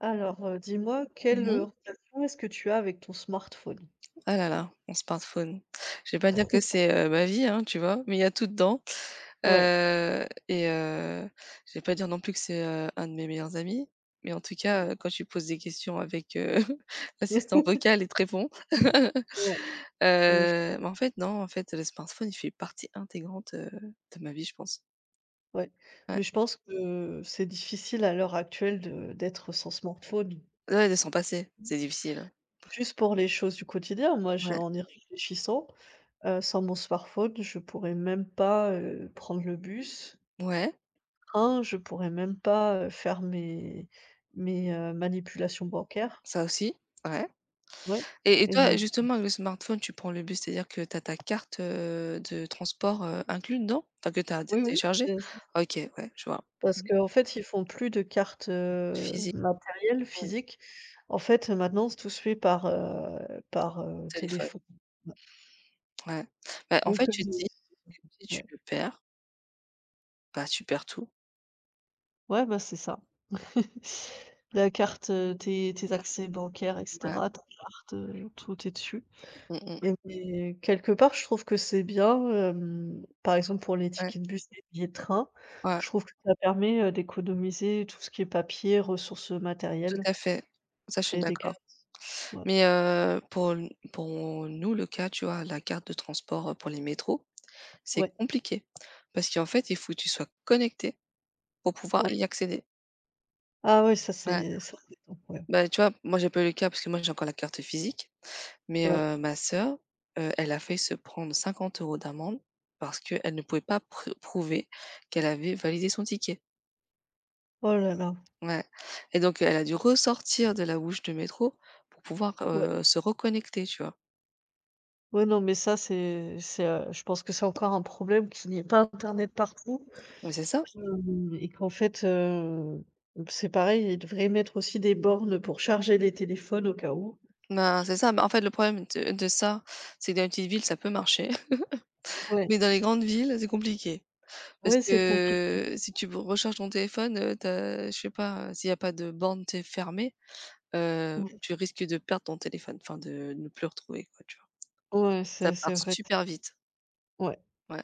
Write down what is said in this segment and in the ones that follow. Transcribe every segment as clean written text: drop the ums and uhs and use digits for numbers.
Dis-moi, quelle Mmh. relation est-ce que tu as avec ton smartphone? Ah là là, mon smartphone. Je vais pas dire que c'est, ma vie, hein, tu vois? Mais il y a tout dedans, Ouais, et je vais pas dire non plus que c'est, un de mes meilleurs amis, mais en tout cas, ouais. Quand tu poses des questions avec, l'assistant vocal, il te répond. Ouais, mais je Mais en fait, non, en fait, le smartphone, il fait partie intégrante, de ma vie, je pense. ouais, mais Ouais. je pense que c'est difficile à l'heure actuelle de d'être sans smartphone. Ouais, de s'en passer, c'est difficile, hein. Juste pour les choses du quotidien, moi, j'ai Ouais. en y réfléchissant, sans mon smartphone, je pourrais même pas, prendre le bus, Ouais, train, je pourrais même pas, faire mes manipulations bancaires. ça aussi, ouais. Ouais Et et heu, toi, justement, avec le smartphone, tu prends le bus, c'est-à-dire que tu as ta carte, de transport, inclus dedans? Enfin, que tu as oui, oui, téléchargée? c'est. OK, ouais, je vois. Parce Mmh. qu'en fait, ils font plus de cartes, Physique, matérielles, mmh, physiques. En fait, maintenant, tout se fait par téléphone, téléphone. Ouais, ouais. Bah, en donc fait, heu, tu te dis que si tu ouais, le perds, bah, tu perds tout. ouais, bah, c'est ça. La carte, tes accès bancaires et Ouais. cetera, ta carte, tout est dessus Mmh mh. et mais quelque part, je trouve que c'est bien, par exemple, pour les Ouais, tickets de bus et les billets de train, ouais, je trouve que ça permet, d'économiser tout ce qui est papier, ressources tout matérielles, à fait. Ça, je suis créer des d'accord. cartes. Ouais, Mais pour n pour nous, le cas, tu vois, la carte de transport, pour les métros, c'est ouais, compliqué parce qu'en fait, il faut que tu sois connecté pour pouvoir y ouais. accéder. Ah ouais, ça Ouais. c'est c'est embêtant, ouais. Bah, tu vois, moi, j'ai pas eu le cas parce que moi, j'ai encore la carte physique, mais, Ouais. ouais, ma sœur, elle a failli se prendre 50 euros d'amende parce qu'elle ne pouvait pas pr prouver qu'elle avait validé son ticket. Oh là là, Ouais et donc elle a dû ressortir de la bouche de métro pour pouvoir, ouais. Se reconnecter, tu vois? Ouais, non, mais ça c'est, je pense que c'est encore un problème qu'il n'y ait pas internet partout, Mais c'est ça. hem et qu'en fait, c'est pareil, ils devraient mettre aussi des bornes pour charger les téléphones au cas où. Ben, c'est ça. Ben, en fait, le problème de ça, c'est que dans les petites villes, ça peut marcher, Ouais, mais dans les grandes villes, c'est compliqué parce ouais, c'est compliqué. que si tu b recharges ton téléphone, tu je sais pas, s'il y a pas de borne, tu sais, fermée, Ouais, tu risques de perdre ton téléphone, enfin de ne plus le retrouver quoi, tu vois? ouais, Ça c'est part vrai, super vite, ouais, ouais.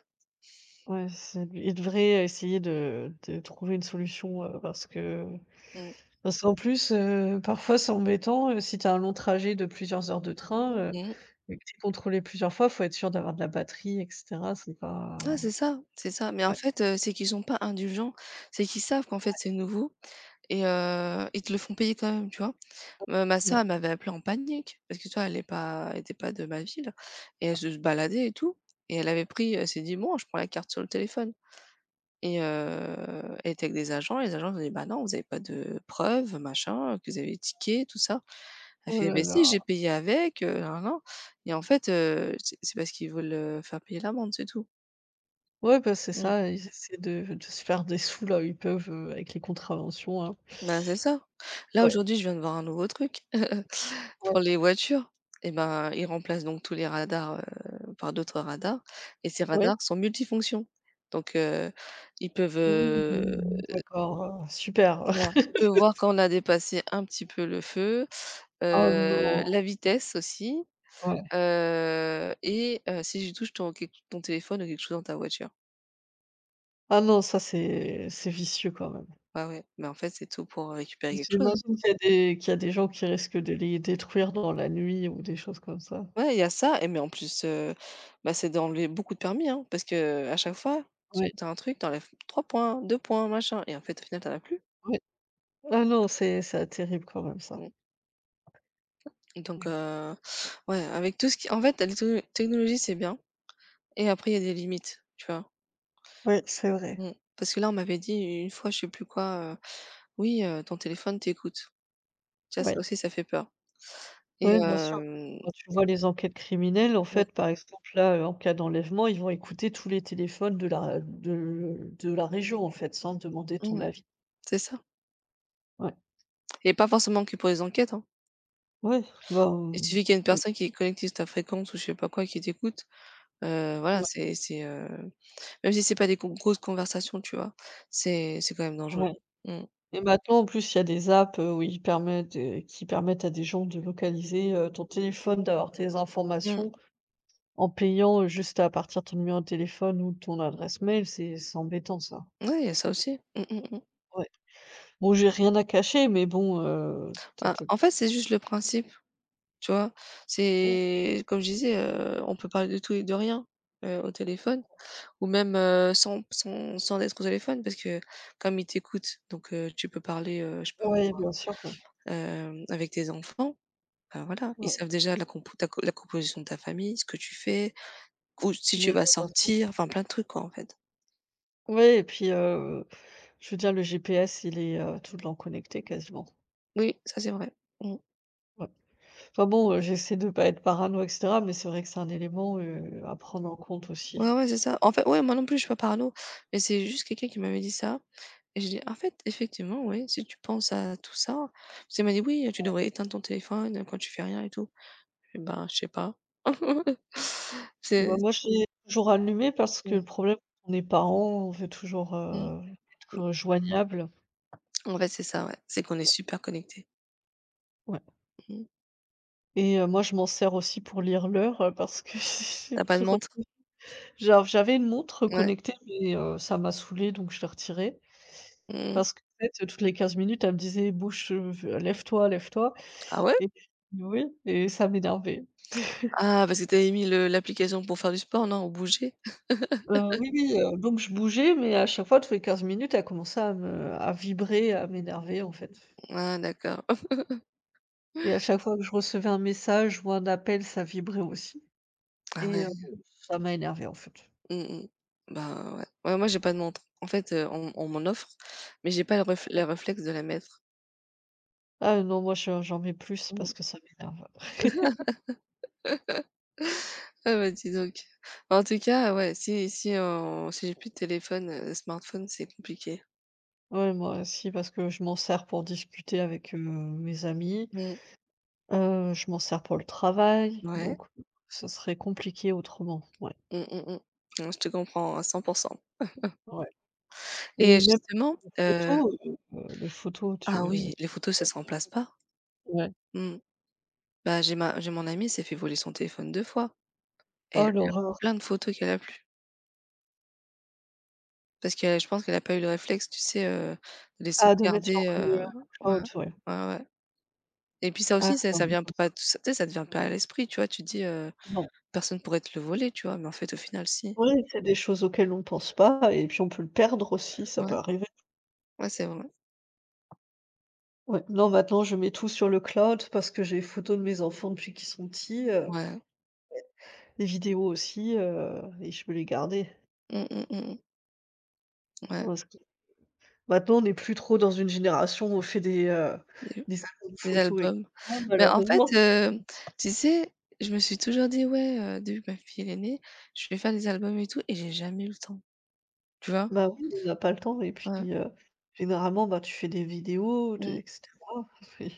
ouais, c'est ils devraient essayer de trouver une solution, parce que. Mmh. Parce qu'en plus, parfois c'est embêtant, si tu as un long trajet de plusieurs heures de train, Mmh. et que tu es contrôlé plusieurs fois, faut être sûr d'avoir de la batterie et cetera. C'est Ouais, pas c'est ça, c'est ça. Mais en ouais, fait, c'est qu'ils sont pas indulgents, c'est qu'ils savent qu'en fait c'est nouveau et ils te le font payer quand même, tu vois? Ma sœur, ouais. elle m'avait appelée en panique parce que tu elle est pas elle était pas de ma ville et elle se baladait et tout et elle avait pris elle s'est dit: «Bon, je prends la carte sur le téléphone». Et elle était avec des agents, et les agents ils ont dit: «Bah non, vous avez pas de preuves, machin, que vous avez les tickets, tout ça». Elle Oh fait: là «Beh si, là. j'ai payé avec, nin, nin, et en fait, c'est parce qu'ils veulent, faire payer l'amende, c'est tout. Ouais, bah, c'est Mmh. ça, ils essaient de se faire des sous là où ils peuvent, avec les contraventions, hein. Ben, c'est ça. Là, Ouais, aujourd'hui, je viens de voir un nouveau truc ouais, pour les voitures et ben, ils remplacent donc tous les radars, par d'autres radars et ces ouais. radars sont multifonctions. Donc ils peuvent, heu Mmh, d'accord, super. Voilà, on peut voir quand on a dépassé un petit peu le feu, Ah non, la vitesse aussi, ouais. et si tu touches ton téléphone ou quelque chose dans ta voiture. Ah non, ça c'est vicieux quand même. Ouais, ouais, mais en fait, c'est tout pour récupérer quelque chose, hein. J'imagine qu'il y a des qu'il y a des gens qui risquent de les détruire dans la nuit ou des choses comme ça. Ouais, il y a ça et mais en plus, bah, c'est d'enlever beaucoup de permis, hein, parce qu'à chaque fois, tu Ouais, tu as un truc, tu enlèves 3 points, 2 points, machin et en fait, au final, tu en as plus. ouais. Ah non, c'est terrible quand même ça. Mmh, donc ouais, avec tout ce qui en fait, la technologie, c'est bien et après il y a des limites, tu vois? Oui, c'est vrai. Mmh. Parce que là, on m'avait dit une fois, je sais plus quoi: «Oui, ton téléphone t'écoute». Tu vois? Oui, Ça aussi, ça fait peur et oui, bien sûr. hem Quand tu vois les enquêtes criminelles, en mmh, fait, par exemple, là, en cas d'enlèvement, ils vont écouter tous les téléphones de la région, en fait, sans te demander ton mmh, avis. c'est ça Ouais. et pas forcément que pour les enquêtes, hein. Ouais, bah, Il mmh, suffit qu'il y ait une personne qui est connectée sur ta fréquence ou je sais pas quoi, qui t'écoute, voilà, ouais, c'est, même si c'est pas des con grosses conversations, tu vois? C'est quand même dangereux. ouais Mmh. et maintenant, en plus, il y a des apps, où ils permettent, qui permettent à des gens de localiser, ton téléphone, d'avoir tes Mmh. informations en payant, juste à partir de ton numéro de téléphone ou de ton adresse mail. C'est embêtant ça. Ouais, il y a ça aussi. Mmh, mmh, mmh. Ouais. Bon, j'ai rien à cacher, mais bon, tu ent Bah, en fait, c'est juste le principe, tu vois? ouais, C'est comme je disais, on peut parler de tout et de rien, au téléphone. Ou même, sans être au téléphone parce que comme ils t'écoutent, donc tu peux parler, je sais pas, ouais, bien sûr, ouais, avec tes enfants, bah, voilà, ils ouais, savent déjà la composition de ta famille, ce que tu fais, ou si mais tu euh, vas bien sûr, ouais. sortir, enfin plein de trucs quoi, en fait. Ouais et puis, je veux dire le GPS il est, tout le temps connecté quasiment. Oui, ça c'est vrai. Mmh. Ouais. Enfin bon, j'essaie de pas être parano et cetera, mais c'est vrai que c'est un élément, à prendre en compte Ouais, aussi. ouais, c'est ça. En fait, ouais, moi non plus je suis pas parano, mais c'est juste quelqu'un qui m'avait dit ça et j'ai dit: «En fait, effectivement, oui, si tu penses à tout ça», parce qu'il m'a dit: «Oui, tu devrais éteindre ton téléphone, quand tu fais rien et tout». Je fais: «Ben, je sais pas». Bah, C'est moi je l'ai toujours allumé parce que le mmh, problème on est parents, on veut toujours, mmh. Être joignables. En fait, c'est ça, ouais. C'est qu'on est Ouais, super connectés. ouais Mmh. Moi je m'en sers aussi pour lire l'heure, parce que Tu pas je. de montre? Genre, j'avais une montre Ouais. connectée, mais ça m'a saoulée, donc je l'ai retirée. Mmh. Parce qu'en fait, toutes les 15 minutes, elle me disait: «Bouge, lève-toi, lève-toi» Ah ouais? et oui et ça m'énervait. Ah, parce que tu mis le l'application pour faire du sport, non? Ou bouger? Oui, oui, donc je bougeais, mais à chaque fois, toutes les 15 minutes, elle commençait à vibrer, à m'énerver, en fait, Ah d'accord. et à chaque fois que je recevais un message ou un appel, ça vibrait aussi Ah et ouais. heu, ça m'a énervé en fait. Mmh mh. Bah ouais. Ouais, moi j'ai pas de montre. En fait, on m'en offre, mais j'ai pas le réflexe de la mettre. Ah non, moi, je j'en mets plus Mmh. parce que ça m'énerve. Ah bah dis donc. Bah, en tout cas, ouais, si j'ai plus de téléphone, smartphone, c'est compliqué. Ouais, moi aussi, parce que je m'en sers pour discuter avec, mes amis. Mmh. Je m'en sers pour le travail, Ouais. donc ça serait compliqué autrement, ouais, Mmh, mmh, mmh. Non, je te comprends à 100 ouais et et même justement, les photos, les photos tu ah oui, les tu photos ça les as se su remplace pas. ouais. Mmh. Bah, j'ai ma j'ai mon amie s'est fait voler son téléphone 2 fois. Elle Oh Il y a l'horreur! plein de photos qu'elle a plus parce que je pense qu'elle a pas eu le réflexe, tu sais, de les Ah, de mettre sur sauvegarder, le ouais, cloud, ouais. ouais, ouais et puis ça Ah, aussi, c'est ça vient embêtant ça. pas tout s tu sais, ça te vient pas à l'esprit, tu vois? Tu te dis: Non. «Personne pourrait te le voler», tu vois? Mais en fait, au final, si. Oui, c'est des choses auxquelles on pense pas et puis on peut le perdre aussi, ça peut Ouais, arriver. ouais, c'est vrai. Ouais, non, maintenant je mets tout sur le cloud parce que j'ai les photos de mes enfants depuis qu'ils sont petits, Ouais. les vidéos aussi, et je veux les garder. Mmh, mmh, mmh, mmh. Ouais, Parce que maintenant, on n'est plus trop dans une génération où on fait des des albums des photos et albums. cetera, Mais en fait, malheureusement. Tu sais, je me suis toujours dit: «Ouais, depuis que ma fille, elle est née, je vais faire des albums et tout» et j'ai jamais eu le temps, tu vois? Bah oui, on n'a pas le temps et Ouais. puis, généralement, bah, tu fais des vidéos, tu Mmh, et cetera. Oui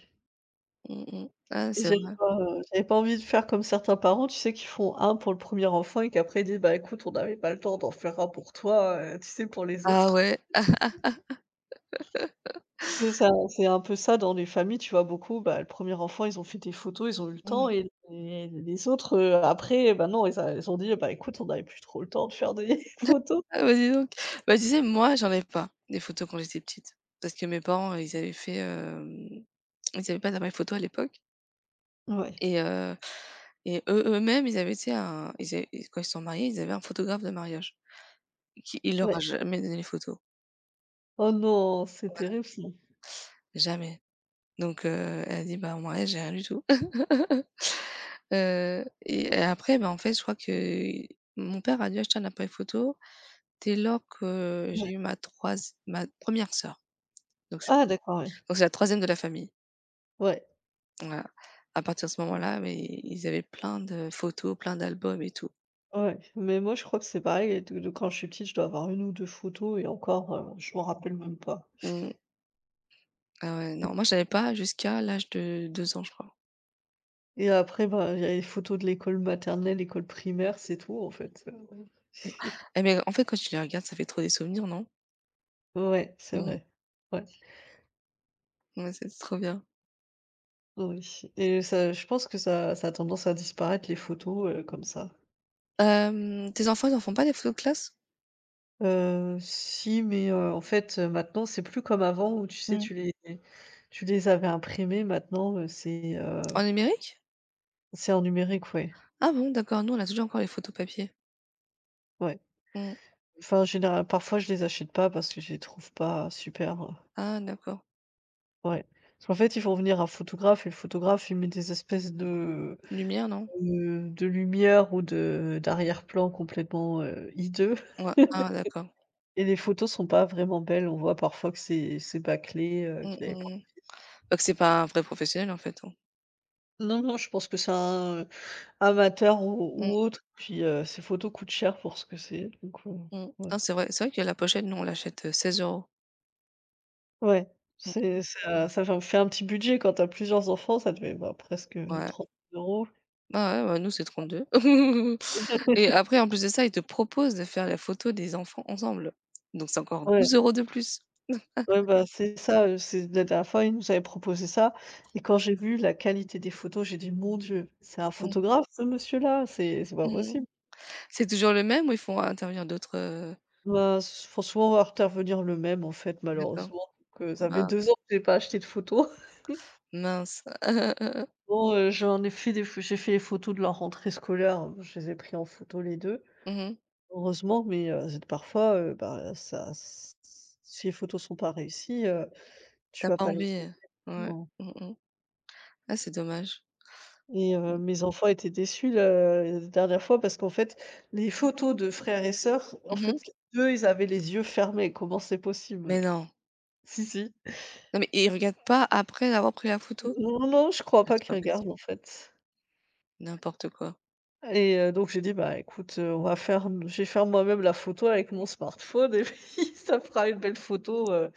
mmh mh. Ah et c'est vrai. J'avais pas envie de faire comme certains parents, tu sais, qui font un pour le premier enfant et qu'après ils disent: «Bah écoute, on n'avait pas le temps d'en faire un pour toi, tu sais, pour les Ah autres». ouais. C'est ça, c'est un peu ça dans les familles, tu vois? Beaucoup, bah, le premier enfant, ils ont fait des photos, ils ont eu le temps Mmh. Et les autres, après, bah, non, ils ont dit: «Bah, écoute, on n'avait plus trop le temps de faire des photos». Ah bah, dis donc. Bah, tu sais, moi, j'en ai pas des photos quand j'étais petite parce que mes parents, ils avaient pas d'appareil photo à l'époque Ouais, et heu et eux eux-mêmes, ils avaient, tu sais, un ils avaient quand ils se sont mariés, ils avaient un photographe de mariage qui il leur ouais. a jamais donné les photos, Oh non, c'est terrible ça. jamais. Donc elle a dit: «Bah, mon mariage, j'ai rien du tout». Et après, bah, en fait, je crois que mon père a dû acheter un appareil photo dès lors que Ouais. j'ai eu ma première sœur. Donc c'est Ah d'accord, ouais. donc c'est la troisième de la famille. Ouais, Voilà. À partir de ce moment-là, mais ils avaient plein de photos, plein d'albums et tout. ouais, mais moi, je crois que c'est pareil de quand je suis petite, je dois avoir une ou 2 photos et encore, je m'en rappelle même pas Mmh. Ah ouais, non, moi, je l'avais pas jusqu'à l'âge de 2 ans, je crois. et après, bah, il y a les photos de l'école maternelle, l'école primaire, c'est tout en fait. Eh mais en fait, quand tu les regardes, ça fait trop des souvenirs, non? Ouais, c'est Mmh. vrai. Ouais. Ouais, c'est trop bien. Oui et ça je pense que ça a tendance à disparaître les photos, comme ça. Tes enfants, ils en font pas des photos de classe? Si, mais, en fait, maintenant, c'est plus comme avant où tu sais, Mmh. tu les avais imprimées. Maintenant, En numérique? c'est en numérique, ouais, Ah bon, d'accord, nous, on a toujours encore les photos papier. ouais. Mmh. Enfin, général parfois, je les achète pas parce que je les trouve pas super, Ah d'accord. ouais. Parce qu'en fait, ils font venir un photographe et le photographe, il met des espèces de, Lumière, non? heu, de lumière ou de d'arrière-plan complètement, hideux. Ouais. Ah d'accord. Et les photos sont pas vraiment belles. On voit parfois que c'est bâclé, Mmh, mmh. qu'il avait pr Mmh. Donc c'est pas un vrai professionnel, en fait, hein. non, non, je pense que c'est un amateur Mmh, ou autre. Puis, ces photos coûtent cher pour ce que c'est, donc, mmh. ouais. Non, c'est vrai que la pochette, nous, on l'achète, 16 euros. Mmh. Ouais, c'est ça ça va me fait un petit budget quand t'as plusieurs enfants, ça devait, bah, presque Ouais. 30 euros. Ah ouais, bah, nous, c'est 32. Et après, en plus de ça, ils te proposent de faire la photo des enfants ensemble. Donc, c'est encore Ouais, 12 € de plus. ouais, bah, c'est ça, c'est la dernière fois, il nous avait proposé ça et quand j'ai vu la qualité des photos, j'ai dit: «Mon Dieu, c'est un Mmh. photographe ce monsieur-là? C'est pas Mmh mmh. possible». C'est toujours le même ou ils font intervenir d'autres, Bah, s franchement, on intervenir le même, en fait, d'accord. malheureusement. Donc, ça fait 2 ans Mince, que j'ai pas acheté de photos. mince. Bon, j'en ai fait des pho j'ai fait les photos de la rentrée scolaire, hein, je les ai pris en photo les 2. Mmh mh. Heureusement, mais, z parfois, bah, ça s si les photos sont pas réussies, tu vas Pas pas les envie, ouais. voir. Non. Mmh mh. Ah, c'est dommage. Et mes enfants étaient déçus le la dernière fois parce qu'en fait, les photos de frères et sœurs, en fait, Mmh. eux, ils avaient les yeux fermés. Comment c'est possible? Mais non. Si, si. Non, mais ils regardent pas après avoir pris la photo? Non, non, je crois Mais pas c'est qu'ils pas regardent, possible. en fait. N'importe quoi. Donc j'ai dit: «Bah, écoute, on va faire m je vais faire moi-même la photo avec mon smartphone et puis ça fera une belle photo,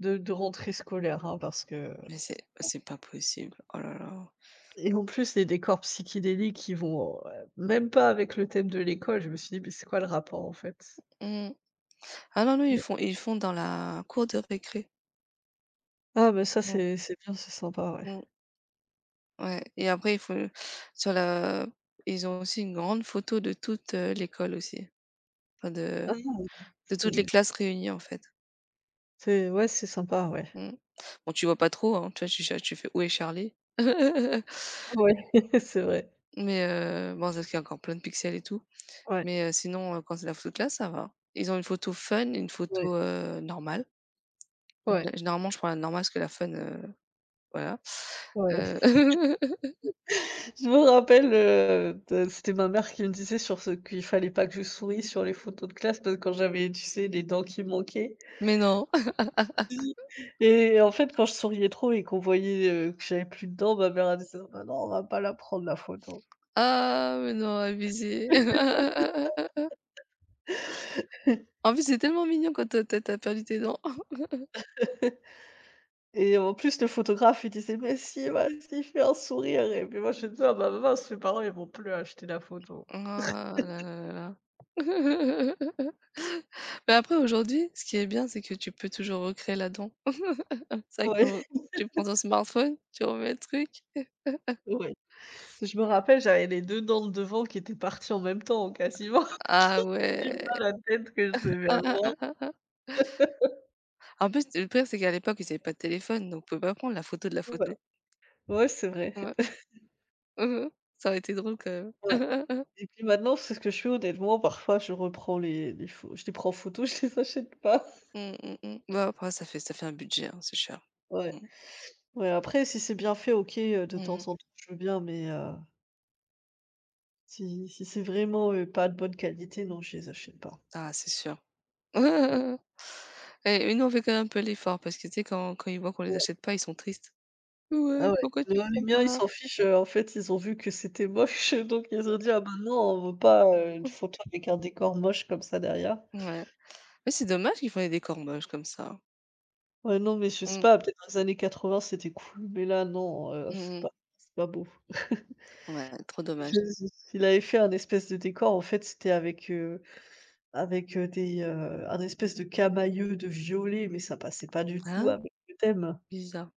de rentrée scolaire, hein». Parce que Mais c'est pas possible. Oh là là. et en plus les décors psychédéliques qui vont, même pas avec le thème de l'école. Je me suis dit: «Mais c'est quoi le rapport, en fait?» Mmh. Ah non, non, ils font dans la cour de récré. Ah, mais ça Mmh c'est c'est bien, c'est sympa, ouais. mh. Ouais et après il faut sur la ils ont aussi une grande photo de toute, l'école aussi, enfin de Ah de toutes les c'est classes réunies en fait. c'est ouais, c'est sympa, ouais. Mmh. Bon tu vois pas trop, hein, tu vois? Tu fais: «Où est Charlie?» Ah ouais, c'est vrai. Mais bon, c'est parce qu'il y a encore plein de pixels et tout, Ouais, mais sinon, quand c'est la photo de classe, ça va. Ils ont une photo fun et une ouais, photo, normale. ouais, Gé généralement je prends la normale parce que la fun, voilà. ouais. Heu, Je me rappelle, de c'était ma mère qui me disait sur ce qu'il fallait pas que je sourie sur les photos de classe parce que quand j'avais, tu sais, les dents qui manquaient. mais non. Mmh. Et en fait, quand je souriais trop et qu'on voyait, que j'avais plus de dents, ma mère, elle disait: «Bah non, on va pas la prendre la photo» Ah mais non, abusé. En plus, c'est tellement mignon quand t'as tu tu perdu tes dents. et en plus, le photographe, il disait: «Mais si, vas-y, fais un sourire» et puis moi, je disais: «Ah bah maman mes parents, ils vont plus acheter la photo». Oh là là là là. Mais après aujourd'hui, ce qui est bien, c'est que tu peux toujours recréer la dent. C'est vrai que Ouais, quand tu prends ton smartphone, tu remets le truc. ouais. Je me rappelle, j'avais les 2 dents de devant qui étaient parties en même temps, quasiment. Ah J'ai ouais. pas la tête que je devais Ah ah avoir. ah ah ah. En plus, le pire, c'est qu'à l'époque, ils avaient pas de téléphone, donc on pouvait pas prendre la photo de la Ouais. photo. Ouais, c'est vrai. Ouais. Ça aurait été drôle quand même. Ouais et puis maintenant, c'est ce que je fais honnêtement. Parfois, je reprends les pho je les prends en photo, je les achète pas. Mmh, mmh mh. Bah, après ça fait un budget, hein, c'est cher. Mmh. Ouais. Ouais, après si c'est bien fait, OK, de temps Mmh. en temps, je veux bien, mais si c'est vraiment, pas de bonne qualité, non, je les achète pas. Ah, c'est sûr. Ouais, ouais, Ouais, ouais, ouais. Et nous, on fait quand même un peu l'effort parce que, tu sais, quand ils voient qu'on les ouais. achète pas, ils sont tristes. «Ouais, Ah ouais. pourquoi Le tu les prends miens, ils pas?» s'en fichent, en fait, ils ont vu que c'était moche, donc ils ont dit: «Ah bah non, on veut pas, une photo avec un décor moche comme ça derrière». Ouais. Mais c'est dommage qu'ils font des décors moches comme ça. Ouais, non, mais je sais Mmh, pas, peut-être dans les années 80, c'était cool, mais là, non, heu, c'est mmh mh. pas c'est pas beau. Ouais, trop dommage. Je il avait fait un espèce de décor, en fait, c'était avec, des, un espèce de camailleux de violet, mais ça passait pas du tout Hein? avec le thème. Bizarre.